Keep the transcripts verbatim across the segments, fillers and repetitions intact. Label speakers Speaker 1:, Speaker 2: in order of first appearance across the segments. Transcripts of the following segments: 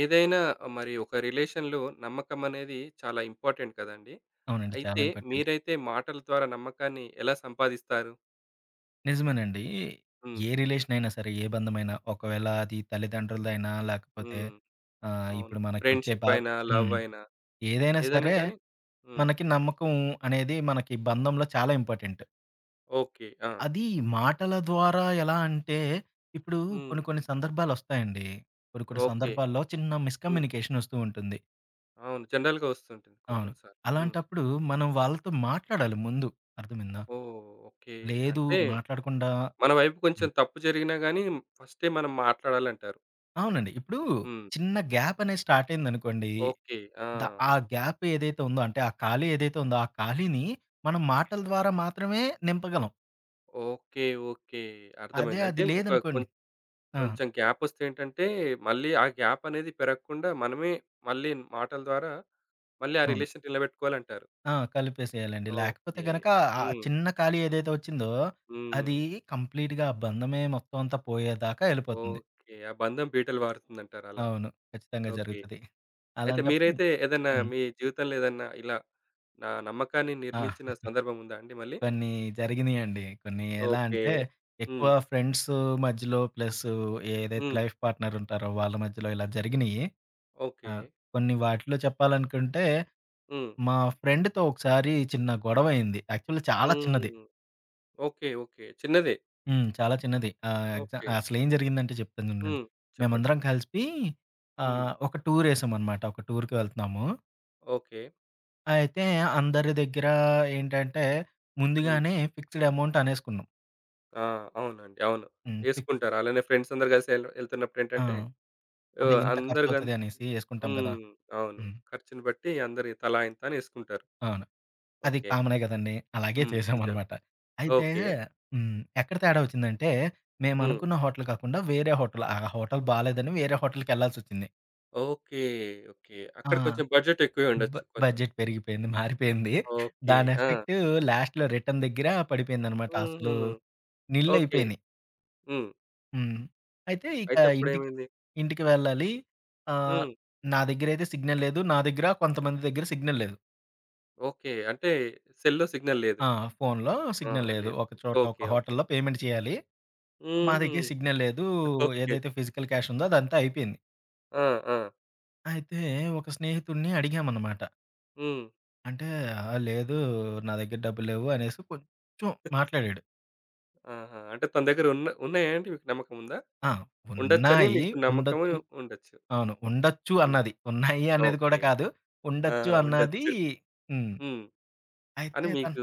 Speaker 1: ఏదైనా మరి ఒక రిలేషన్‌లో నమ్మకం అనేది చాలా ఇంపార్టెంట్ కదండీ!
Speaker 2: అవునండి. చాలా
Speaker 1: అయితే
Speaker 2: ఇంపార్టెంట్.
Speaker 1: మీరైతే మాటల ద్వారా నమ్మకాన్ని ఎలా సంపాదిస్తారు?
Speaker 2: నిజమేనండి.
Speaker 1: హ్మ్.
Speaker 2: ఏ రిలేషన్ అయినా సరే, ఏ బంధమైనా ఒకవేళ అది తల్లిదండ్రులదైనా లేకపోతే
Speaker 1: హ్మ్.
Speaker 2: ఆహ్,
Speaker 1: అవును.
Speaker 2: ఇప్పుడు మనకొచ్చే
Speaker 1: ఫ్రెండ్‌షిప్
Speaker 2: బా
Speaker 1: అయినా, లవ్
Speaker 2: హ్మ్.
Speaker 1: అయినా
Speaker 2: ఏదైనా
Speaker 1: ఏదైనా
Speaker 2: సరే
Speaker 1: గాని. హ్మ్.
Speaker 2: మనకి నమ్మకం అనేది మనకి బంధంలో చాలా ఇంపార్టెంట్.
Speaker 1: ఓకే. ఆ!
Speaker 2: అది మాటల ద్వారా ఎలా అంటే ఇప్పుడు
Speaker 1: హ్మ్.
Speaker 2: కొన్ని కొన్ని సందర్భాలొస్తాయండి. కొన్ని కొన్ని
Speaker 1: ఓకే.
Speaker 2: సందర్భాల్లో చిన్న
Speaker 1: హ్మ్.
Speaker 2: మిస్‌కమ్యూనికేషన్ ఒస్తూ ఉంటుంది.
Speaker 1: అవును, జనరల్‌గా వస్తుంటుంది కొన్ని
Speaker 2: అవును.
Speaker 1: కొన్ని సార్లు. హ్మ్.
Speaker 2: అలాంటప్పుడు మనం వాళ్ళతో మాట్లాడాలి ముందు. అర్థమైందా?
Speaker 1: ఓహ్! ఓకే.
Speaker 2: లేదు,
Speaker 1: అంటే
Speaker 2: మాట్లాడకుండా
Speaker 1: మన వైపు కొంచెం తప్పు జరిగినా గాని ఫస్టే మనం మాట్లాడాలంటారు.
Speaker 2: అవునండి. ఇప్పుడు
Speaker 1: హ్మ్.
Speaker 2: చిన్న గ్యాప్ అనేది స్టార్ట్ అయిందనుకోండి.
Speaker 1: ఓకే. ఆ!
Speaker 2: ద ఆ గ్యాప్ ఏదైతే ఉందో అంటే ఆ ఖాళీ ఏదైతే ఉందో ఆ ఖాళీని మనం మాటల ద్వారా మాత్రమే నింపగలం.
Speaker 1: ఓకే. ఓకే.
Speaker 2: అదే
Speaker 1: అర్థమైంది. అంటే
Speaker 2: అది
Speaker 1: ఒక కొం
Speaker 2: లేదనుకోండి. ఆ!
Speaker 1: కొంచెం గ్యాపొస్తే ఏంటంటే, మళ్ళీ ఆ గ్యాపనేది పెరగకుండా మనమే మళ్ళీ మాటల ద్వారా మళ్ళీ ఆ
Speaker 2: అవును.
Speaker 1: రిలేషన్ నిలబెట్టుకోవాలంటారు.
Speaker 2: ఆ! కలిపేసేయాలండి. లేకపోతే
Speaker 1: ఓకే.
Speaker 2: గనక ఆ
Speaker 1: హ్మ్.
Speaker 2: చిన్న ఖాళీ ఏదైతే వచ్చిందో
Speaker 1: హ్మ్.
Speaker 2: అది కంప్లీట్‌గా ఆ బంధమే మొత్తం అంతా పోయేదాకా ఎళ్ళిపోతుంది.
Speaker 1: ఓకే. ఆ బంధం బీటలు వారుతుందంటారలా.
Speaker 2: అవును, ఖచ్చితంగా
Speaker 1: ఓకే.
Speaker 2: జరుగుతది.
Speaker 1: అయితే
Speaker 2: అలాంటప్పుడు
Speaker 1: మీరైతే ఏదన్నా
Speaker 2: హ్మ్.
Speaker 1: మీ జీవితంలో ఏదన్నా ఇలా నా నమ్మకాన్ని
Speaker 2: ఆ!
Speaker 1: నిర్మించిన సందర్భం ఉందా అండి మళ్ళీ?
Speaker 2: కొన్ని జరిగినియండి. కొన్ని ఎలా
Speaker 1: ఓకే.
Speaker 2: అంటే, ఎక్కువ
Speaker 1: హ్మ్.
Speaker 2: ఫ్రెండ్స్ మధ్యలో ప్లస్ ఏదైతే
Speaker 1: హ్మ్.
Speaker 2: లైఫ్ పార్ట్నర్ ఉంటారో వాళ్ళ మధ్యలో ఇలా జరిగినియి.
Speaker 1: ఓకే.
Speaker 2: ఆ! కొన్ని వాటిలో చెప్పాలనుకుంటే,
Speaker 1: హ్మ్.
Speaker 2: మా ఫ్రెండ్‌తో ఒకసారి చిన్న గొడవయింది. యాక్చువల్లీ చాలా చిన్నది.
Speaker 1: హ్మ్. ఓకే. ఓకే. చిన్నదే.
Speaker 2: హ్మ్. చాలా చిన్నది. ఆహ్, ఎగ్జా
Speaker 1: ఓకే.
Speaker 2: అసలేం జరిగిందంటే చెప్తాను చూడండి.
Speaker 1: హ్మ్. చెప్పండి.
Speaker 2: మేమందరం
Speaker 1: చెప్పండి.
Speaker 2: కలిసి
Speaker 1: హ్మ్.
Speaker 2: ఆహ్, ఒక టూరేసామనమాట. ఒక టూర్‌కి వెళ్తున్నాము.
Speaker 1: ఓకే.
Speaker 2: అయితే అందరి దగ్గర ఏంటంటే,
Speaker 1: హ్మ్.
Speaker 2: ముందుగానే ఫిక్స్‌డ్ అమౌంట్ అనేసుకున్నాం.
Speaker 1: ఆ! అవునండి. అవును.
Speaker 2: హ్మ్. ఫిక్
Speaker 1: ఏసుకుంటారు. అలానే ఫ్రెండ్స్ అందరూ కలిసి ఎల్ ఎళ్తున్నప్పుడు
Speaker 2: ఆ!
Speaker 1: ఏంటంటే,
Speaker 2: అంటే
Speaker 1: ఆహ్,
Speaker 2: ఇంత
Speaker 1: అందరు గన్
Speaker 2: ఖర్చవుతది అనేసి యేసుకుంటాం గదా!
Speaker 1: హ్మ్. అవును.
Speaker 2: హ్మ్.
Speaker 1: ఖర్చుని బట్టి అందరి తలా ఇంత అని ఏసుకుంటారు.
Speaker 2: అవును. అది
Speaker 1: ఓకే.
Speaker 2: కామనే గదండీ. అలాగే
Speaker 1: హ్మ్. నిజం.
Speaker 2: చేశామనమాట. అయితే
Speaker 1: ఓకే.
Speaker 2: హ్మ్, ఎక్కడ తేడా ఒచ్చిందంటే,
Speaker 1: హ్మ్.
Speaker 2: మేమనుకున్న హోటల్ కాకుండా వేరే హోటల్. ఆ హోటల్ బాలేదని వేరే హోటల్‌కెళ్ళాల్సొచ్చింది.
Speaker 1: ఓకే. ఓకే.
Speaker 2: ఆ!
Speaker 1: అక్కడ కొంచెం బడ్జెట్ ఎక్కువే
Speaker 2: బ
Speaker 1: ఉండొచ్చు కొంచెం.
Speaker 2: బడ్జెట్ పెరిగిపోయింది. మారిపోయింది.
Speaker 1: ఓకే.
Speaker 2: దాని
Speaker 1: ఆ!
Speaker 2: ఎఫెక్టు లాస్ట్‌లో రిటర్న్ దగ్గర పడిపోయిందనమాట.
Speaker 1: హుహు.
Speaker 2: అసలు
Speaker 1: ఓకే.
Speaker 2: నిళ్ళయిపోయినియి.
Speaker 1: హ్మ్.
Speaker 2: హ్మ్. అయితే ఇక
Speaker 1: అయితే
Speaker 2: ఇంటికి
Speaker 1: అప్పుడేమైంది?
Speaker 2: ఇంటికి వెళ్ళాలి. ఆహ్,
Speaker 1: హ్మ్.
Speaker 2: నా దగ్గరైతే సిగ్నల్ లేదు. నా దగ్గర కొంతమంది దగ్గర సిగ్నల్ లేదు.
Speaker 1: ఓకే. అంటే సెల్‌లో సిగ్నల్ లేదు.
Speaker 2: ఆ! ఫోనులో
Speaker 1: ఆ!
Speaker 2: సిగ్నల్ లేదు.
Speaker 1: లేదు.
Speaker 2: ఒక చోట
Speaker 1: ఓకే.
Speaker 2: ఒక
Speaker 1: ఓకే.
Speaker 2: హోటల్‌లో పేమెంట్ చేయాలి. మా
Speaker 1: హుహు.
Speaker 2: దగ్గర సిగ్నల్ లేదు.
Speaker 1: ఓకే.
Speaker 2: ఏదైతే ఫిజికల్ క్యాష్ ఉందో అదంతా అయిపోయింది.
Speaker 1: ఆ! ఆ!
Speaker 2: అయితే ఒక స్నేహితుడిని అడిగామన్నమాట.
Speaker 1: హ్మ్.
Speaker 2: అంటే, "ఆ! లేదు, నా దగ్గర డబ్బులు లేవు" అనేసి కొంచెం మాట్లాడాడు.
Speaker 1: ఆహా! అంటే తన దగ్గర ఉన్న ఉన్నాయా అండి? మీకు నమ్మకం ఉందా?
Speaker 2: ఆ!
Speaker 1: ఉండొచ్చని
Speaker 2: ఉన్నాయి.
Speaker 1: మీకు నమ్మకము.
Speaker 2: ఉండొచ్చు.
Speaker 1: ఉండొచ్చు.
Speaker 2: అవును. ఉండొచ్చు
Speaker 1: హ్మ్.
Speaker 2: అన్నది. ఉన్నాయి అనేది కూడా
Speaker 1: ఓకే.
Speaker 2: కాదు.
Speaker 1: ఆ!
Speaker 2: ఉండొచ్చు అన్నది
Speaker 1: ఉండొచ్చు.
Speaker 2: హ్మ్.
Speaker 1: హ్మ్. అని
Speaker 2: అయితే తను
Speaker 1: మీకు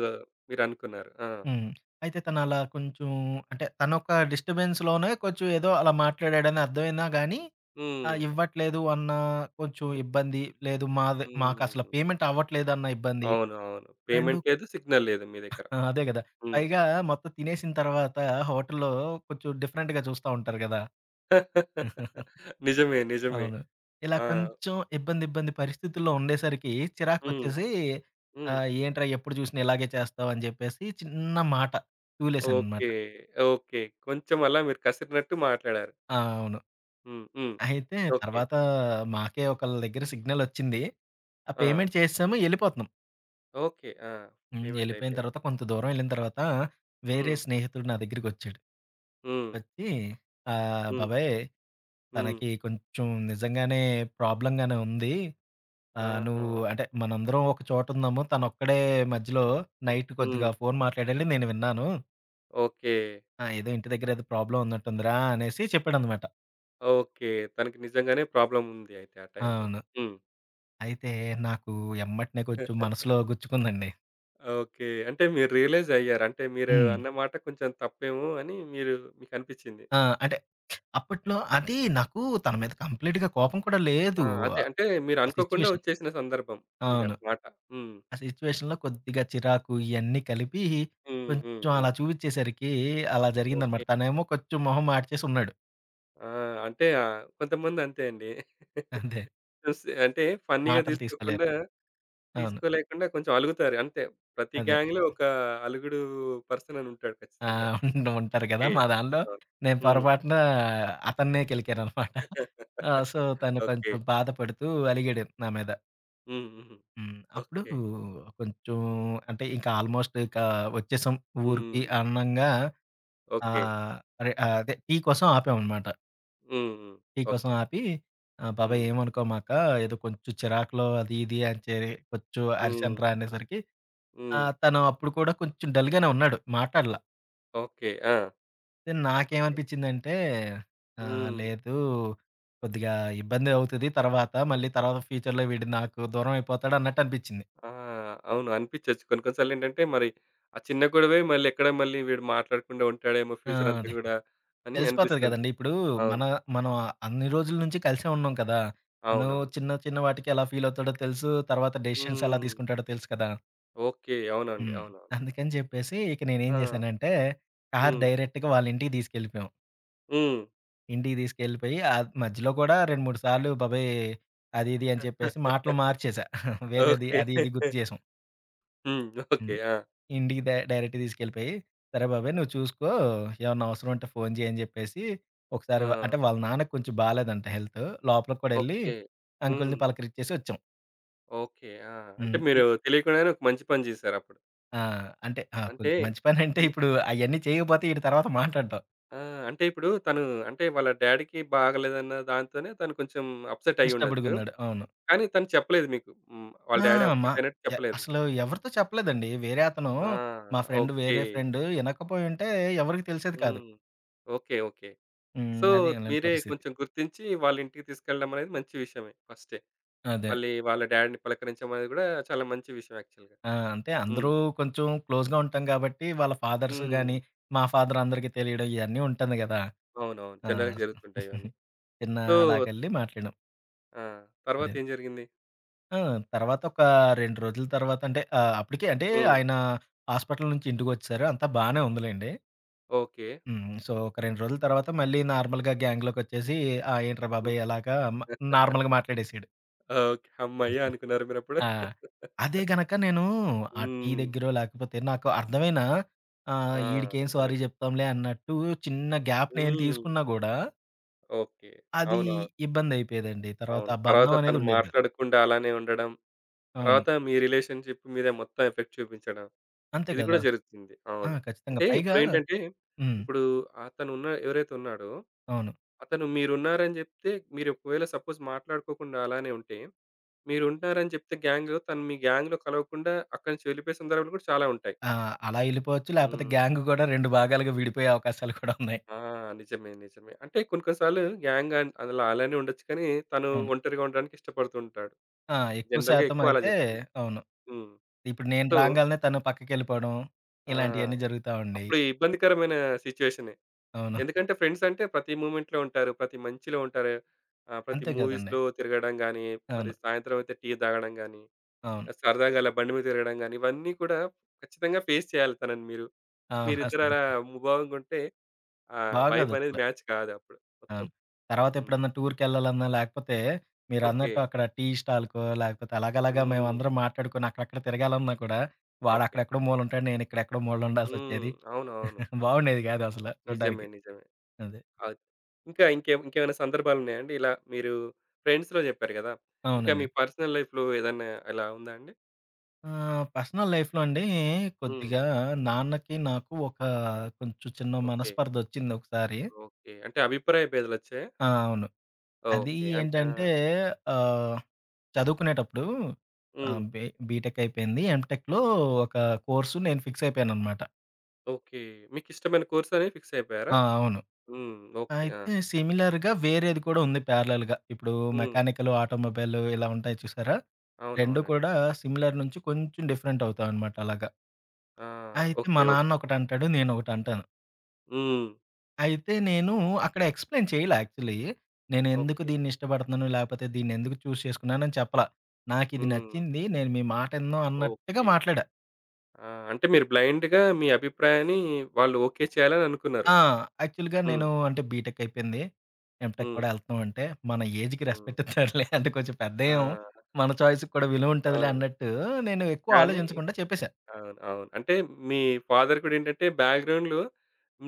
Speaker 1: మీరనుకున్నారు. ఆ!
Speaker 2: హ్మ్. అయితే తను అలా కొంచెం, అంటే తనొక డిస్టర్బెన్స్‌లోనే కొంచెం ఏదో అలా మాట్లాడాడని అర్థమైనా గాని ఆ!
Speaker 1: హ్మ్.
Speaker 2: ఇవ్వట్లేదు అన్న కొంచెం ఇబ్బంది. లేదు, మాది మాకసల
Speaker 1: హ్మ్.
Speaker 2: పేమెంట్ అవ్వట్లేదన్న ఇబ్బంది.
Speaker 1: అవును. అవును.
Speaker 2: రెండు
Speaker 1: పేమెంట్ లేదు, సిగ్నల్ లేదు మీ దగ్గర.
Speaker 2: ఆ! అదే గదా!
Speaker 1: హ్మ్.
Speaker 2: పైగా మొత్తం తినేసిన తర్వాత హోటల్‌లో కొంచెం డిఫరెంట్‌గా చూస్తా ఉంటారు గదా!
Speaker 1: నిజమే. నిజమే.
Speaker 2: అవును. ఇలా
Speaker 1: ఆ!
Speaker 2: కొంచెం ఇబ్బంది, ఇబ్బంది పరిస్థితుల్లో ఉండేసరికి
Speaker 1: హ్మ్.
Speaker 2: చిరాకొచ్చేసి
Speaker 1: హ్మ్.
Speaker 2: ఆహ్, "ఏంట్రా ఎప్పుడు చూసినా ఇలాగే చేస్తావు" అని జెప్పేసి చిన్న మాట తూలేశాననమాట.
Speaker 1: ఓకే. ఓకే. కొంచెం అలా మీరు కసిరినట్టు మాట్లాడారు.
Speaker 2: ఆ! అవును.
Speaker 1: హ్మ్. హ్మ్.
Speaker 2: అయితే
Speaker 1: ఓకే.
Speaker 2: తర్వాత మాకే ఒకళ్ళ దగ్గర సిగ్నలొచ్చింది. ఆ
Speaker 1: ఆ!
Speaker 2: పేమెంట్ చేసేసాము. ఎళ్ళిపోతున్నాం.
Speaker 1: ఓకే. ఆ!
Speaker 2: హ్మ్.
Speaker 1: పేమెంట్
Speaker 2: ఎళ్ళిపోయిన
Speaker 1: అయిపోయింది.
Speaker 2: తర్వాత కొంత దూరం ఎళ్ళిన తర్వాత వేరే
Speaker 1: హ్మ్.
Speaker 2: స్నేహితుడు నా దగ్గరికొచ్చాడు.
Speaker 1: హ్మ్.
Speaker 2: వచ్చి ఆహ్,
Speaker 1: హ్మ్.
Speaker 2: "బాబాయ్,
Speaker 1: హ్మ్.
Speaker 2: తనకి కొంచెం నిజంగానే ప్రాబ్లమ్‌గానే ఉంది. ఆహ్,
Speaker 1: ఆహా!
Speaker 2: నువ్వు అంటే మనందరం ఒక చోట ఉన్నాము. తనొక్కడే మధ్యలో నైట్
Speaker 1: హ్మ్.
Speaker 2: కొద్దిగా ఫోన్ మాట్లాడాడు. నేను విన్నాను.
Speaker 1: ఓకే.
Speaker 2: ఆ! ఏదో ఇంటి దగ్గర ఏదో ప్రాబ్లమ్ ఉన్నట్టుందిరా" అనేసి చెప్పాడనమాట.
Speaker 1: ఓకే. తనకి నిజంగానే ప్రాబ్లమ్ ఉంది అయితే ఆ టైంలో.
Speaker 2: అవును.
Speaker 1: హ్మ్.
Speaker 2: అయితే నాకు ఎమ్మటనే కొంచెం మనసులో గుచ్చుకుందండి.
Speaker 1: ఓకే. అంటే మీరు రియలైజ్ అయ్యారు. అంటే మీరు
Speaker 2: హ్మ్.
Speaker 1: అన్న మాట కొంచెం తప్పేమో అని మీరు మీకనిపిచ్చింది.
Speaker 2: ఆ! అంటే అప్పట్లో అది నాకు తన మీద కంప్లీట్‌గా కోపం కూడా
Speaker 1: ఆ!
Speaker 2: లేదు.
Speaker 1: అదే అంటే మీరు
Speaker 2: ఆ
Speaker 1: అనుకోకుండా
Speaker 2: సిట్యుయేషన్.
Speaker 1: వచ్చేసిన సందర్భం ఇంగ
Speaker 2: అవును.
Speaker 1: మాట. హ్మ్.
Speaker 2: ఆ సిట్యుయేషన్‌లో కొద్దిగా చిరాకు ఇయన్నీ కలిపి,
Speaker 1: హ్మ్. హ్మ్.
Speaker 2: కొంచెం
Speaker 1: హ్మ్.
Speaker 2: అలా చూపించేసరికి అలా
Speaker 1: ఓకే.
Speaker 2: జరిగిందనమాట. తనేమో కొంచెం మొహం మాడ్చేసి ఉన్నాడు.
Speaker 1: ఆ! అంటే ఆహ్, కొంతమంది అంతే అండి.
Speaker 2: అంతే.
Speaker 1: జస్ట్ అంటే ఫన్నీ‌గా
Speaker 2: మాటలు తీసుకోలేరు.
Speaker 1: తీసుకోకుండా
Speaker 2: అవును.
Speaker 1: తీసుకోలేకుండా కొంచెం అలుగుతారు అంతే. ప్రతి
Speaker 2: అదే.
Speaker 1: గ్యాంగ్‌లో ఒక అలుగుడు పర్సన్ అని ఉంటాడు
Speaker 2: ఆ!
Speaker 1: ఖచ్చితంగా.
Speaker 2: ఉండ ఉంటారు కదా!
Speaker 1: ఓకే.
Speaker 2: మా దానిలో
Speaker 1: అవును.
Speaker 2: నేను
Speaker 1: హ్మ్.
Speaker 2: పొరపాటున అతన్నే కెలికాననమాట. ఆ! సో, తను
Speaker 1: ఓకే.
Speaker 2: కొంచెం బాధపడుతూ అలిగాడు నా మీద.
Speaker 1: హ్మ్. హ్మ్.
Speaker 2: హ్మ్. అప్పుడు
Speaker 1: ఓకే.
Speaker 2: కొంచెం, అంటే ఇంకా ఆల్మోస్ట్ ఇక వచ్చేసాం ఊరికి
Speaker 1: హ్మ్.
Speaker 2: అనంగా,
Speaker 1: ఓకే.
Speaker 2: ఆహ్, అరే అదే టీ కోసం ఆపామనమాట.
Speaker 1: హ్మ్. హ్మ్.
Speaker 2: టీ కోసం
Speaker 1: ఓకే.
Speaker 2: ఆపి, "ఆ! బాబాయ్
Speaker 1: హ్మ్.
Speaker 2: ఏమనుకోమాక, ఏదో కొంచెం చిరాకులో అది ఇది" అని చెప్పి కొంచెం
Speaker 1: హ్మ్.
Speaker 2: అరిచానురా అనేసరికి
Speaker 1: హ్మ్.
Speaker 2: ఆహ్, తను అప్పుడు కూడా కొంచెం డల్‌గానే ఉన్నాడు. మాట్లాడలా.
Speaker 1: ఓకే. ఆ!
Speaker 2: Then
Speaker 1: okay.
Speaker 2: నాకేమనిపించిందంటే ఆహ్,
Speaker 1: హ్మ్.
Speaker 2: లేదు, కొద్దిగా ఇబ్బంది అవుతది తర్వాత. మళ్ళీ తర్వాత ఫ్యూచర్‌లో వీడు నాకు దూరం అయిపోతాడు అన్నట్టు అనిపించింది.
Speaker 1: ఆ! అవును, అనిపిచ్చొచ్చు. కొన్ని కొన్ని సార్లేంటంటే మరి, ఆ చిన్న గొడవే మళ్ళీ ఎక్కడ మళ్ళీ వీడు మాట్లాడకుండా ఉంటాడేమో
Speaker 2: ఆ!
Speaker 1: ఫ్యూచర్ అంతా
Speaker 2: అదే.
Speaker 1: గూడా అని
Speaker 2: తెలిసిపోతది కదండీ!
Speaker 1: అనిపిస్తుంటుంది.
Speaker 2: ఇప్పుడు మన
Speaker 1: అవును.
Speaker 2: మనం అన్ని రోజుల నుంచి కలిసే ఉన్నాం కదా! తను
Speaker 1: అవునవును.
Speaker 2: చిన్న చిన్న వాటికి ఎలా ఫీల్ అవుతాడో తెలుసు. తర్వాత డెసిషన్స్ ఎలా
Speaker 1: హ్మ్.
Speaker 2: తీసుకుంటాడో తెలుసు కదా!
Speaker 1: ఓకే. అవునండి.
Speaker 2: హ్మ్.
Speaker 1: అవునవును.
Speaker 2: అందుకని చెప్పేసి ఇక నేనేం
Speaker 1: ఆ!
Speaker 2: జేశానంటే, కారు
Speaker 1: హ్మ్.
Speaker 2: డైరెక్ట్‌గా వాళ్ళ ఇంటికి తీసుకెళ్ళిపోయాం.
Speaker 1: హ్మ్.
Speaker 2: ఇంటికి తీసుకెళ్ళిపోయి ఆహ్, మధ్యలో కూడా రెండు, మూడు సార్లు బాబోయ్! అది ఇది అని చెప్పేసి మాటలు మార్చేశా. వేరేది
Speaker 1: ఓకే.
Speaker 2: అది ఇది గుర్తు చేసాం.
Speaker 1: హ్మ్. ఓకే.
Speaker 2: హ్మ్.
Speaker 1: ఆ!
Speaker 2: ఇంటికి డై డైరెక్ట్‌గా తీసుకెళ్ళిపోయి, "సరే బాబాయ్ నువ్వు చూసుకో, ఏమన్నా అవసరం ఉంటే ఫోను చేయి" అని చెప్పేసి ఒకసారి
Speaker 1: ఆ!
Speaker 2: వ అంటే వాళ్ళ నాన్నకి కొంచెం బాలేదంట హెల్త్. లోపలికి కూడా ఎళ్లి
Speaker 1: ఓకే.
Speaker 2: అంకుల్‌ని
Speaker 1: హ్మ్.
Speaker 2: పలకరించేసి వచ్చాం.
Speaker 1: ఓకే. ఆ! అంటే
Speaker 2: హ్మ్. ఇ
Speaker 1: మీరు తెలియకుండానే ఒక మంచి పని జేశారప్పుడు.
Speaker 2: ఆ! అంటే ఆ!
Speaker 1: అంటే
Speaker 2: కొంచెం మంచి పనంటే
Speaker 1: హ్మ్.
Speaker 2: ఇప్పుడు అయన్నీ చేయకపోతే ఈడు తర్వాత మాట్లాడడు.
Speaker 1: ఆ! అంటే ఇప్పుడు తను, అంటే వాళ్ళ డ్యాడీకి బాగాలేదన్న దాంతోనే తను కొంచెం అప్‌సెట్ అయ్యుండొచ్చు.
Speaker 2: డిస్టర్బ్‌డ్‌గున్నాడు. అవును.
Speaker 1: కానీ తను చెప్పలేదు మీకు. హ్మ్. వాళ్ళ
Speaker 2: ఆ!
Speaker 1: డ్యాడీ
Speaker 2: మా
Speaker 1: అప్‌సెట్ అయినట్టు
Speaker 2: ఎ
Speaker 1: చెప్పలేదు.
Speaker 2: అసలు ఎవరితో చెప్పలేదండి. వేరే అతను,
Speaker 1: ఆ!
Speaker 2: మా ఫ్రెండ్
Speaker 1: ఓకే.
Speaker 2: వేరే ఫ్రెండ్ ఇనకపోయుంటే ఎవరికీ తెలిసేది కాదు.
Speaker 1: హ్మ్. ఓకే. ఓకే.
Speaker 2: హ్మ్.
Speaker 1: సో,
Speaker 2: అది అలాంటి
Speaker 1: మీరే
Speaker 2: పరిస్థితి.
Speaker 1: కొంచెం గుర్తించి వాళ్ళ ఇంటికి తీసుకెళ్ళడం అనేది మంచి విషయమే ఫస్టే.
Speaker 2: అదే.
Speaker 1: మళ్ళీ వాళ్ళ డ్యాడీని పలకరించడం అనేది గూడా చాలా మంచి విషయం యాక్చువల్‌గా.
Speaker 2: ఆ! అంటే
Speaker 1: హ్మ్.
Speaker 2: అందరూ కొంచెం క్లోజ్‌గా ఉంటాం కాబట్టి వాళ్ళ ఫాదర్స్
Speaker 1: హ్మ్.
Speaker 2: గాని, మా ఫాదర్ అందరికీ తెలియడం ఇయన్నీ ఉంటుంది గదా!
Speaker 1: అవునవును.
Speaker 2: ఆ!
Speaker 1: జనరల్‌గా జరుగుతుంటాయి ఇవన్నీ.
Speaker 2: చిన్న
Speaker 1: సో,
Speaker 2: అలాగెళ్లి మాట్లాడాం.
Speaker 1: ఆ!
Speaker 2: అదే.
Speaker 1: తర్వాతేం జరిగింది?
Speaker 2: ఆ! తర్వాత ఒక రెండు రోజుల తర్వాత అంటే ఆహ్, అప్పటికే అంటే
Speaker 1: హ్మ్.
Speaker 2: ఆయన హాస్పిటల్ నుంచి ఇంటికొచ్చేసారు. అంతా బానే ఉందిలెండి.
Speaker 1: ఓకే.
Speaker 2: హ్మ్. సో, ఒక రెండు రోజుల తర్వాత మళ్ళీ నార్మల్‌గా గ్యాంగ్‌లోకొచ్చేసి "ఆ! ఏంట్రా
Speaker 1: హ్మ్.
Speaker 2: బాబాయ్ అలాగా" మ నార్మల్‌గా మాట్లాడేసాడు.
Speaker 1: ఓకే. హమ్మయ్య! అనుకున్నారా మీరప్పుడు?
Speaker 2: ఆ! అదే గనక నేను ఆ టీ
Speaker 1: హ్మ్.
Speaker 2: దగ్గరో లేకపోతే నాకు అర్థమైన ఆహ్,
Speaker 1: ఆ!
Speaker 2: ఈడికేం
Speaker 1: నిజమే.
Speaker 2: సారీ చెప్తాంలే అన్నట్టు చిన్న గ్యాప్ నేను
Speaker 1: హ్మ్.
Speaker 2: తీసుకున్నా గూడా
Speaker 1: ఓకే.
Speaker 2: అది
Speaker 1: అవునవును. అవును.
Speaker 2: ఇబ్బందయిపోయేదండి. తర్వాత
Speaker 1: అవును.
Speaker 2: ఆ
Speaker 1: తర్వాత
Speaker 2: బంధం
Speaker 1: తను
Speaker 2: అనేది ఉండేది కాదు.
Speaker 1: మాట్లాడకుండా అలానే ఉండడం,
Speaker 2: అవును.
Speaker 1: తర్వాత మీ రిలేషన్‌షిప్ మీద మొత్తం ఎఫెక్ట్ చూపించడం,
Speaker 2: అంతే
Speaker 1: ఇది కూడా
Speaker 2: కదా!
Speaker 1: జరుగుతుంది.
Speaker 2: ఆ!
Speaker 1: అవును.
Speaker 2: ఖచ్చితంగా.
Speaker 1: అంటే
Speaker 2: పైగా
Speaker 1: ఇప్పుడేంటంటే,
Speaker 2: హ్మ్.
Speaker 1: ఇప్పుడు అతనున్న ఎవరైతే ఉన్నాడో,
Speaker 2: అవును.
Speaker 1: అతను మీరున్నారని జెప్తే, మీరు ఒకవేళ సపోజ్ మాట్లాడుకోకుండా అలానే ఉంటే మీరుంటారని చెప్తే గ్యాంగు, తను మీ గ్యాంగ్‌లో కలవకుండా అక్కడి నుంచి వెళ్ళిపోయే సందర్భాలు కూడా చాలా ఉంటాయి.
Speaker 2: ఆ! అలా ఎళ్ళిపోవచ్చు లేపోతే
Speaker 1: హ్మ్.
Speaker 2: గ్యాంగ్ గూడా రెండు భాగాలుగా విడిపోయే అవకాశాలు కూడా ఉన్నాయి.
Speaker 1: ఆ! నిజమే. నిజమే. అంటే కొన్ని కొన్ని సార్లు గ్యాంగ్ అన్ అలా అలానే ఉండొచ్చు కానీ, తను
Speaker 2: అవును.
Speaker 1: ఒంటరిగా ఉండడానికి ఇష్టపడుతూ ఉంటాడు.
Speaker 2: ఆ! ఎక్కువ
Speaker 1: జనరల్‌గా
Speaker 2: శాతం
Speaker 1: ఎక్కువ అలా
Speaker 2: అయితే
Speaker 1: జరుగుతుంది.
Speaker 2: అవును.
Speaker 1: హ్మ్.
Speaker 2: ఇప్పుడు నేను
Speaker 1: సో
Speaker 2: రాంగాల్నే తను పక్కకెళ్ళిపోవడం,
Speaker 1: ఆ!
Speaker 2: ఇలాంటియన్నీ జరుగుతా ఉండేయి.
Speaker 1: అప్పుడు ఈ ఇబ్బందికరమైన సిట్యుయేషనే.
Speaker 2: అవును.
Speaker 1: ఎందుకంటే ఫ్రెండ్స్ అంటే ప్రతి మూవ్‌మెంట్‌లో ఉంటారు. ప్రతి మంచిలో ఉంటారు. ఆహ్, ప్రతి
Speaker 2: అంతే గదండీ!
Speaker 1: మూవీస్‌లో తిరగడం గాని, మరి
Speaker 2: అవును.
Speaker 1: సాయంత్రం అయితే టీ తాగడం గాని,
Speaker 2: అవును.
Speaker 1: సరదాగా అలా బండి మీద తిరగడం గాని, ఇవన్నీ కూడా ఖచ్చితంగా ఫేస్ చేయాలి తనని మీరు.
Speaker 2: అవును.
Speaker 1: మీరిద్దరు
Speaker 2: అసలు
Speaker 1: అలా ముభావంగుంటే ఆ వైబనేది
Speaker 2: బాగోదసల.
Speaker 1: మ్యాచ్ కాదప్పుడు మొత్తం.
Speaker 2: అవును.
Speaker 1: హ్మ్.
Speaker 2: తర్వాతెప్పుడన్నా టూర్‌కెళ్ళాలన్నా, లేకపోతే
Speaker 1: ఓకే.
Speaker 2: మీరన్నట్టు అక్కడ టీ స్టాల్‌కో, లేకపోతే అలాగలాగా
Speaker 1: హ్మ్.
Speaker 2: మేమందరం మాట్లాడుకొని అక్కడక్కడ తిరగాలన్నా కూడా,
Speaker 1: ఓకే.
Speaker 2: వాడక్కడెక్కడో మూలుంటాడు, నేనిక్కడెక్కడో
Speaker 1: హ్మ్.
Speaker 2: మూలుండాల్సొచ్చేది.
Speaker 1: అవునవును. అవును.
Speaker 2: బావుండేది గాదసల
Speaker 1: అవును. నిజమే.
Speaker 2: చూడ్డానికి.
Speaker 1: నిజమే.
Speaker 2: అదే.
Speaker 1: అద్ ఇంకా ఇంకేం ఇంకేమైనా సందర్భాలున్నాయా అండి? ఇలా మీరు ఫ్రెండ్స్‌లో జెప్పారు గదా! ఇంకా
Speaker 2: అవునండి.
Speaker 1: మీ పర్సనల్ లైఫ్‌లో ఏదన్నా ఇలా ఉందా అండి?
Speaker 2: ఆహ్, పర్సనల్ లైఫ్‌లో అండి,
Speaker 1: హ్మ్.
Speaker 2: కొద్దిగా నాన్నకి, నాకు ఒక కొంచెం చిన్న
Speaker 1: ఓకే.
Speaker 2: మనస్పర్ధొచ్చిందొకసారి.
Speaker 1: ఓకే. అంటే అభిప్రాయ భేదాలొచ్చాయా?
Speaker 2: ఆ! అవును. అది
Speaker 1: ఓకే. అంటే ఆ!
Speaker 2: ఏంటంటే ఆహ్, చదువుకునేటప్పుడు
Speaker 1: హ్మ్.
Speaker 2: ఆహ్, బి బీటెక్ అయిపోయింది. ఎంటెక్‌లో ఒక కోర్సు నేను ఫిక్స్ అయిపోయాననమాట.
Speaker 1: ఓకే. మీకిష్టమైన కోర్సని ఫిక్స్ అయిపోయారా?
Speaker 2: ఆ! అవును.
Speaker 1: హ్మ్. ఓకే. ఆ!
Speaker 2: అయితే సిమిలర్‌గా వేరేది కూడా ఉంది ప్యారలెల్‌గా. ఇప్పుడు
Speaker 1: హ్మ్.
Speaker 2: మెకానికల్, ఆటోమొబైల్ ఇలా ఉంటాయి చూసారా? రెండూ
Speaker 1: అవునవునండి.
Speaker 2: కూడా సిమిలర్ నుంచి కొంచెం డిఫరెంట్ అవుతాయనమాట అలాగా.
Speaker 1: ఆ!
Speaker 2: అయితే
Speaker 1: ఓకే.
Speaker 2: మా
Speaker 1: ఓకే.
Speaker 2: నాన్న ఒకటంటాడు. నేనొకటంటాను.
Speaker 1: హ్మ్.
Speaker 2: అయితే నేను అక్కడ ఎక్స్‌ప్లెయిన్ చేయలే యాక్చువల్లీ. నేనెందుకు
Speaker 1: ఓకే.
Speaker 2: దీన్నిష్టపడుతున్నాను, లేపోతే దీన్నెందుకు చూజ్ చేసుకున్నానని చెప్పలా. నాకిది
Speaker 1: హ్మ్.
Speaker 2: నచ్చింది. నేను మీ మాట ఇనను అన్నట్టుగా
Speaker 1: ఓకే.
Speaker 2: మాట్లాడా.
Speaker 1: ఆ! అంటే మీరు బ్లైండ్‌గా మీ అభిప్రాయాన్ని వాళ్ళు ఓకే చేయాలని అనుకున్నారు.
Speaker 2: ఆ! యాక్చువల్‌గా
Speaker 1: హ్మ్.
Speaker 2: నేను అంటే బీటెక్ అయిపోయింది. ఎంటెక్
Speaker 1: హ్మ్.
Speaker 2: కూడా ఎళ్తున్నాం అంటే, మన ఏజ్‌కి
Speaker 1: హ్మ్.
Speaker 2: రెస్పెక్ట్ ఇస్తారులే అంటే కొంచెం
Speaker 1: ఆ!
Speaker 2: పెద్దయ్యాం. మన చాయిస్‌కి కూడా విలువ ఉంటదిలే
Speaker 1: అవును.
Speaker 2: అన్నట్టు నేను ఎక్కువ
Speaker 1: కానీ
Speaker 2: ఆలోచించకుండా చెప్పేసా.
Speaker 1: అవును. అవును. అంటే మీ ఫాదర్ కూడా ఏంటంటే, బ్యాక్‌గ్రౌండ్‌లో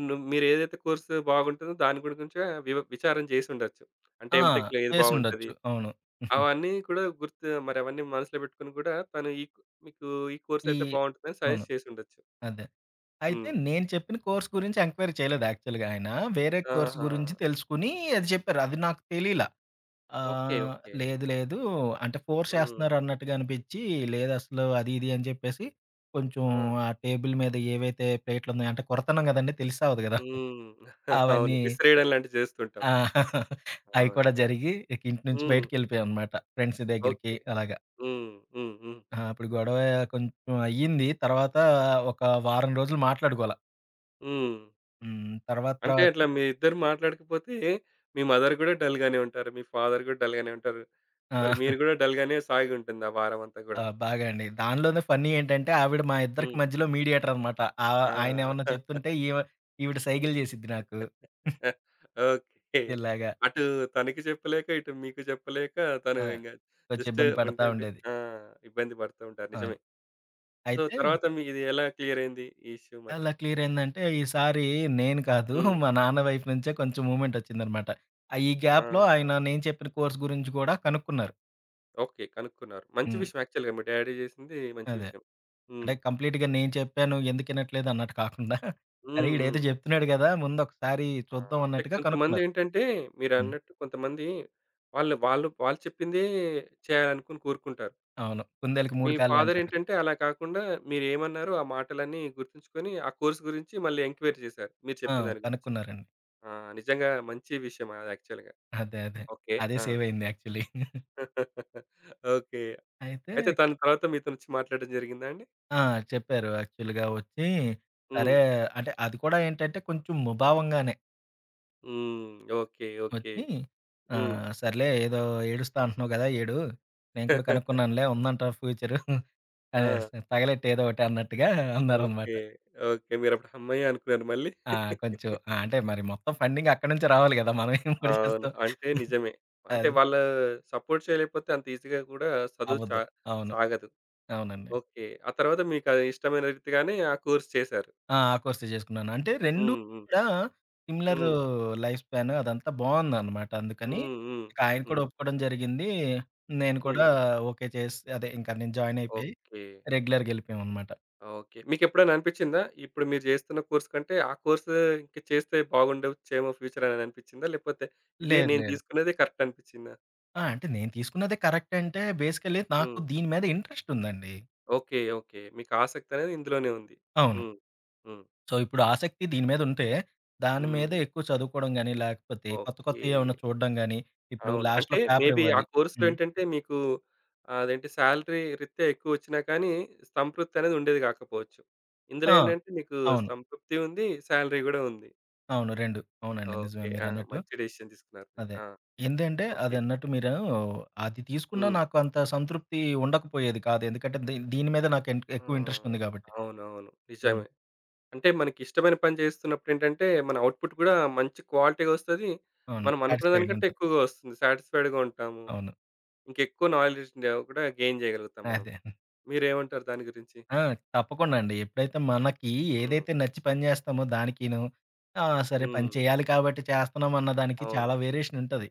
Speaker 1: ను మీరేదైతే కోర్స్ బాగుంటుందో దాని గురించి కొంచెం వివ విచారం చేసుండొచ్చు. అంటే
Speaker 2: ఆ!
Speaker 1: ఎంటెక్‌లో ఏది బాగుంటది?
Speaker 2: చేసుండొచ్చు. అవును.
Speaker 1: అవన్నీ కూడా గుర్తు మరి అవన్నీ మనసులో పెట్టుకొని కూడా తను ఈ మీకు ఈ కోర్స్
Speaker 2: ఈ
Speaker 1: అయితే బాగుంటుందని
Speaker 2: అవును.
Speaker 1: సజెస్ట్ చేసుండొచ్చు.
Speaker 2: అదే. అయితే
Speaker 1: హ్మ్.
Speaker 2: నేను చెప్పిన కోర్స్ గురించి ఎంక్వైరీ చేయలేదు యాక్చువల్‌గా ఆయన. వేరే కోర్స్
Speaker 1: ఆహా!
Speaker 2: గురించి తెలుసుకొని అది చెప్పారు. అది నాకు తెలీలా.
Speaker 1: ఓకే.
Speaker 2: ఆహ్,
Speaker 1: ఓకే.
Speaker 2: లేదు లేదు, అంటే ఫోర్స్
Speaker 1: హ్మ్.
Speaker 2: చేస్తున్నారు అన్నట్టుగా అనిపించి, లేదసలు అది ఇది అని చెప్పేసి, కొంచెం
Speaker 1: ఆ!
Speaker 2: ఆ టేబుల్ మీద ఏవైతే ప్లేట్లున్నాయో అంటే కొడతన్నాం గదండీ! తెలిసి సావదు గదా!
Speaker 1: హ్మ్. అవును.
Speaker 2: అవన్నీ
Speaker 1: విసిరేయడం లాంటివి చేస్తుంటాం.
Speaker 2: ఆ! అయి
Speaker 1: అవును.
Speaker 2: కూడా జరిగి ఇక ఇంటి నుంచి
Speaker 1: హ్మ్.
Speaker 2: బయటికెళ్ళిపోయామనమాట. ఫ్రెండ్స్ దగ్గరికి
Speaker 1: ఓకే.
Speaker 2: అలాగా.
Speaker 1: హ్మ్. హ్మ్. హ్మ్.
Speaker 2: ఆ! అప్పుడు గొడవ కొంచెం అయ్యింది. తర్వాత ఒక వారం రోజులు మాట్లాడుకోలా.
Speaker 1: హ్మ్.
Speaker 2: హ్మ్. తర్వాత
Speaker 1: అంటే
Speaker 2: తర్వాత
Speaker 1: అట్లా మీ ఇద్దరు మాట్లాడకపోతే మీ మదర్ గూడా డల్ గానే ఉంటారు. మీ ఫాదర్ గూడా డల్ గానే ఉంటారు. మరి
Speaker 2: ఆ!
Speaker 1: మీరు గూడా డల్ గానే సాగుంటుంది ఆ వారమంతా గూడా.
Speaker 2: ఆ! బాగా అండి. దానిలోనే ఫన్నీ ఏంటంటే, ఆవిడ మా ఇద్దరికి
Speaker 1: హ్మ్.
Speaker 2: మధ్యలో మీడియేటర్ అనమాట. ఆహ్, ఆయనేమన్నా
Speaker 1: ఆ!
Speaker 2: చెప్తుంటే, ఈవ ఈవిడ సైగలు చేసిద్ది నాకు.
Speaker 1: ఓకే.
Speaker 2: ఇలాగా.
Speaker 1: అటు తనకి చెప్పలేక, ఇటు మీకు చెప్పలేక తను
Speaker 2: ఆ!
Speaker 1: ఇంగ
Speaker 2: కొంచెం
Speaker 1: జస్ట్
Speaker 2: ఇబ్బంది పడతా
Speaker 1: ఏంటంటే
Speaker 2: ఉండేది.
Speaker 1: ఆ! ఇబ్బంది పడుతూ ఉంటారు నిజమే.
Speaker 2: అవును.
Speaker 1: సో,
Speaker 2: అయితే
Speaker 1: తర్వాత మీది ఎలా క్లియర్ అయింది ఈ ఇష్యూ మరి?
Speaker 2: అలా క్లియర్ అయిందంటే, ఈసారి నేను కాదు,
Speaker 1: హ్మ్.
Speaker 2: మా నాన్న వైపు నుంచే కొంచెం మూవ్‌మెంట్ వచ్చిందనమాట. ఆహ్, ఈ గ్యాప్‌లో
Speaker 1: ఆహా!
Speaker 2: ఆయన నేను చెప్పిన కోర్స్ గురించి కూడా కనుక్కున్నారు.
Speaker 1: ఓకే. కనుక్కున్నారు. మంచి
Speaker 2: హ్మ్.
Speaker 1: విషయం యాక్చువల్‌గా మీ డ్యాడీ జేసింది మంచి
Speaker 2: అదే.
Speaker 1: విషయం. హ్మ్.
Speaker 2: అంటే కంప్లీట్‌గా నేను చెప్పాను ఎందుకు ఇనట్లేదు అన్నట్టు కాకుండా, సరే
Speaker 1: హ్మ్.
Speaker 2: ఈడేదో
Speaker 1: హ్మ్.
Speaker 2: చెప్తున్నాడు కదా! ముందొకసారి
Speaker 1: ఆ!
Speaker 2: చూద్దాం
Speaker 1: అంటే
Speaker 2: అన్నట్టుగా కనుక్కున్నారు.
Speaker 1: కొంతమందేంటంటే,
Speaker 2: హ్మ్.
Speaker 1: మీరన్నట్టు కొంతమంది వాళ్ళు వాళ్ళు వాళ్ళు చెప్పిందే చేయాలనుకుని కోరుకుంటారు.
Speaker 2: అవును. కుందేలుకి
Speaker 1: మీ
Speaker 2: మూడు కాళ్ళే అంటారు.
Speaker 1: ఫాదరేంటంటే అలా కాకుండా, మీరేమన్నారో ఆ మాటలన్నీ గుర్తుంచుకొని ఆ కోర్స్ గురించి మళ్ళీ ఎంక్వైరీ చేశారు. మీరు
Speaker 2: ఆ!
Speaker 1: చెప్పిన దాని గురించి.
Speaker 2: కనుక్కున్నారండి.
Speaker 1: ఆ! నిజంగా మంచి విషయం అది యాక్చువల్‌గా.
Speaker 2: అదే. అదే.
Speaker 1: ఓకే.
Speaker 2: అదే
Speaker 1: ఆ!
Speaker 2: సేవ్ అయింది యాక్చువల్లీ.
Speaker 1: ఓకే.
Speaker 2: అయితే
Speaker 1: అయితే తను తర్వాత మీతోనొచ్చి మాట్లాడడం జరిగిందా అండి?
Speaker 2: ఆ! చెప్పారు యాక్చువల్‌గా వచ్చి,
Speaker 1: హ్మ్.
Speaker 2: సరే అంటే అది కూడా ఏంటంటే కొంచెం ముభావంగానే
Speaker 1: హ్మ్. ఓకే. ఓకే.
Speaker 2: వచ్చి
Speaker 1: హ్మ్.
Speaker 2: ఆహ్, సర్లే ఏదో ఏడుస్తా అంటున్నావు కదా! ఏడు. నేను కూడా కనుక్కున్నానులే ఉందంట ఫ్యూచరు. ఆహ్,
Speaker 1: ఆ!
Speaker 2: తగలెట్టు ఏదో ఒకటి అన్నట్టుగా అన్నారనమాట.
Speaker 1: ఓకే. ఓకే. మీరప్పుడు హమ్మయ్య! అనుకున్నారు మళ్ళీ.
Speaker 2: ఆ! కొంచెం ఆ! అంటే మరి మొత్తం ఫండింగ్ అక్కడి నుంచే రావాలి కదా! మనం ఏం కూడా
Speaker 1: అవును,
Speaker 2: చేస్తాం.
Speaker 1: అంటే నిజమే. అంటే
Speaker 2: అది
Speaker 1: వాళ్ళ సపోర్ట్ చేయలేకపోతే అంత ఈజీగా కూడా చదువు చా
Speaker 2: అవ్వదు. అవును.
Speaker 1: సాగదు.
Speaker 2: అవునండి.
Speaker 1: ఓకే. ఆ తర్వాత మీకది ఇష్టమైన రీతిగానే ఆ కోర్స్ చేశారు.
Speaker 2: ఆ! ఆ కోర్సే జేసుకున్నాను. అంటే రెండూ
Speaker 1: హ్మ్. హ్మ్.
Speaker 2: కూడా సిమిలర్
Speaker 1: హ్మ్.
Speaker 2: లైఫ్ స్పాన్ అదంతా బావుందనమాట. అందుకని
Speaker 1: హ్మ్. హ్మ్.
Speaker 2: ఇక ఆయన కూడా
Speaker 1: హ్మ్.
Speaker 2: ఒప్పుకోవడం జరిగింది. నేను
Speaker 1: హ్మ్.
Speaker 2: కూడా ఓకే చేసి అదే ఇంకా నేను జాయిన్ అయిపోయి
Speaker 1: ఓకే.
Speaker 2: రెగ్యులర్‌గెళ్ళిపోయామనమాట.
Speaker 1: ఓకే. మీకెప్పుడైనా అనిపిచ్చిందా? ఇప్పుడు మీరు చేస్తున్న కోర్స్ కంటే ఆ కోర్స్ ఇంక చేస్తే బాగుండొచ్చేమో ఫ్యూచర్ అని అనిపిచ్చిందా? లేకపోతే ఇదే
Speaker 2: లేదు,
Speaker 1: నేను
Speaker 2: లేదు.
Speaker 1: తీసుకున్నదే కరెక్ట్ అనిపిచ్చిందా?
Speaker 2: ఆ! అంటే నేను తీసుకున్నదే కరెక్ట్, అంటే బేసికల్లీ నాకు
Speaker 1: హ్మ్.
Speaker 2: దీని మీద ఇంట్రెస్ట్ ఉందండి.
Speaker 1: ఓకే. ఓకే. మీకు ఆసక్తనేది ఇందులోనే ఉంది.
Speaker 2: అవును.
Speaker 1: హ్మ్. హ్మ్.
Speaker 2: సో, ఇప్పుడు ఆసక్తి దీని మీద ఉంటే, దాని మీద
Speaker 1: హ్మ్.
Speaker 2: ఎక్కువ చదువుకోవడం గాని, లేకపోతే కొత్త
Speaker 1: ఓకే.
Speaker 2: కొత్తయి ఏమన్నా చూడడం గాని, ఇప్పుడు
Speaker 1: అవును, అంటే
Speaker 2: లాస్ట్‌లో పేపర్
Speaker 1: మేబీ ఆ
Speaker 2: ఇవ్వాలి.
Speaker 1: కోర్స్‌లో
Speaker 2: హ్మ్.
Speaker 1: ఏంటంటే మీకు అదేంటి సాలరీ రీత్యా ఎక్కువొచ్చినా కానీ సంతృప్తి అనేది ఉండేది గాకపోవచ్చు. ఇందులో
Speaker 2: ఆ!
Speaker 1: ఏంటంటే మీకు
Speaker 2: అవును.
Speaker 1: సంతృప్తి ఉంది. సాలరీ గూడా ఉంది.
Speaker 2: అవును. రెండు అవునండి. నిజమే
Speaker 1: ఓకే. ఆ!
Speaker 2: మీరన్నట్టు.
Speaker 1: మంచి డెసిషన్ తీసుకున్నారు మీరు.
Speaker 2: అదే.
Speaker 1: ఆ!
Speaker 2: ఏందంటే
Speaker 1: ఓకే.
Speaker 2: అదన్నట్టు మీరు అది తీసుకున్నా
Speaker 1: హ్మ్.
Speaker 2: నాకు అంత సంతృప్తి ఉండకపోయేది కాదు. ఎందుకంటే దీ దీని మీద నాకు ఎన్
Speaker 1: ఆ!
Speaker 2: ఎక్కువ ఇంట్రెస్ట్ ఉంది కాబట్టి.
Speaker 1: అవునవును.
Speaker 2: హ్మ్.
Speaker 1: నిజమే. అంటే మనకిష్టమైన పని చేస్తున్నప్పుడేంటంటే, మన అవుట్‌పుట్ గూడా మంచి క్వాలిటీగా వస్తది.
Speaker 2: అవును.
Speaker 1: మనం అనుకున్న
Speaker 2: సాటిస్‌ఫైడ్‌గా
Speaker 1: దానికంటే
Speaker 2: ఉంటుంది.
Speaker 1: ఎక్కువగా వస్తుంది. సాటిస్ఫైడ్‌గా ఉంటాము.
Speaker 2: అవును.
Speaker 1: ఇంకెక్కువ నాలెడ్జ్‌ని కూడా గెయిన్ చేయగలుగుతాం మనం.
Speaker 2: అదే.
Speaker 1: మీరేమంటారు దాని గురించి?
Speaker 2: ఆ! తప్పకుండా అండి. ఎప్పుడైతే మనకి
Speaker 1: హ్మ్.
Speaker 2: ఏదైతే నచ్చి పని చేస్తామో దానికిను ఆ! సరే పని
Speaker 1: హ్మ్.
Speaker 2: చేయాలి కాబట్టి చేస్తున్నాం అన్న దానికి
Speaker 1: అవును.
Speaker 2: చాలా వేరియేషన్ ఉంటది.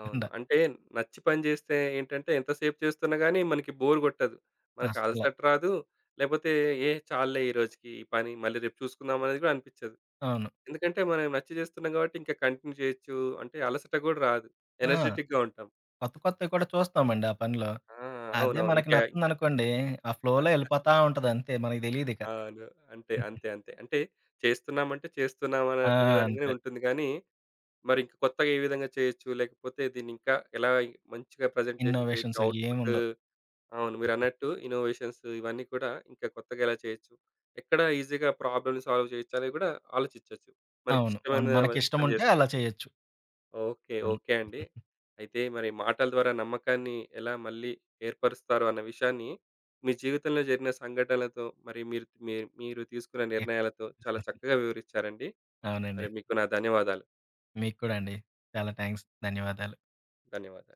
Speaker 1: అవును. అంటే నచ్చి పని చేస్తే ఏంటంటే, ఎంతసేపు చేస్తున్నా గానీ మనకి బోర్ కొట్టదు. మనకు
Speaker 2: అస్సల.
Speaker 1: అలసట రాదు. లేపోతే ఏ చాలులే ఈ రోజుకి ఈ పని మళ్ళీ రేపు చూసుకుందాం అనేది కూడా అనిపిచ్చదు.
Speaker 2: అవును.
Speaker 1: ఎందుకంటే, మనం నచ్చి చేస్తున్నాం కాబట్టి ఇంకా కంటిన్యూ చేయొచ్చు. అంటే అలసట గూడా రాదు.
Speaker 2: ఆ!
Speaker 1: ఎనర్జిటిక్‌గా ఉంటాం.
Speaker 2: కొత్త కొత్తవి కూడా చూస్తామండి ఆ పనిలో.
Speaker 1: ఆ!
Speaker 2: అదే
Speaker 1: అవునవును.
Speaker 2: మనకి
Speaker 1: ఇంకా ఇంకా
Speaker 2: నచ్చిందనుకోండి ఆ ఫ్లోలో ఎళ్ళిపోతా ఉంటది అంతే. మనకు తెలీదిక.
Speaker 1: అవును. అంతే. అంతే. అంతే. అంటే చేస్తున్నామంటే చేస్తున్నాం
Speaker 2: ఆ!
Speaker 1: అన్నట్టు విధంగానే
Speaker 2: అంతే.
Speaker 1: ఉంటుంది గానీ, మరి ఇంక కొత్తగా ఏ విధంగా చేయొచ్చు? లేకపోతే దీన్ని ఇంకా ఎలా మంచిగా ప్రజెంటేషన్ చేయొచ్చు?
Speaker 2: Innovations
Speaker 1: output.
Speaker 2: ఏముండవు.
Speaker 1: అవును, మీరన్నట్టు ఇన్నోవేషన్స్ ఇవన్నీ కూడా ఇంకా కొత్తగా ఎలా చేయొచ్చు? ఎక్కడ ఈజీగా ప్రాబ్లమ్‌ని సాల్వ్ చేయొచ్చు? అనేది కూడా ఆలోచించొచ్చు.
Speaker 2: అవును.
Speaker 1: మనకిష్టమైన
Speaker 2: అవును.
Speaker 1: పని
Speaker 2: మనకిష్టముంటే అలా
Speaker 1: చేస్తున్నాం.
Speaker 2: చేయొచ్చు.
Speaker 1: ఓకే.
Speaker 2: అవును.
Speaker 1: ఓకే అండి. అయితే మరి మాటల ద్వారా నమ్మకాన్ని ఎలా మళ్ళీ ఏర్పరుస్తారు అన్న విషయాన్ని మీ జీవితంలో జరిగిన సంఘటనలతో మరి మీరు మీ మీరు తీసుకున్న
Speaker 2: ఎ
Speaker 1: నిర్ణయాలతో చాలా చక్కగా వివరించారండి.
Speaker 2: అవునండి.
Speaker 1: మరి మీకు నా ధన్యవాదాలు.
Speaker 2: మీకు కూడా అండి. చాలా థాంక్స్. ధన్యవాదాలు.
Speaker 1: ధన్యవాదాలు.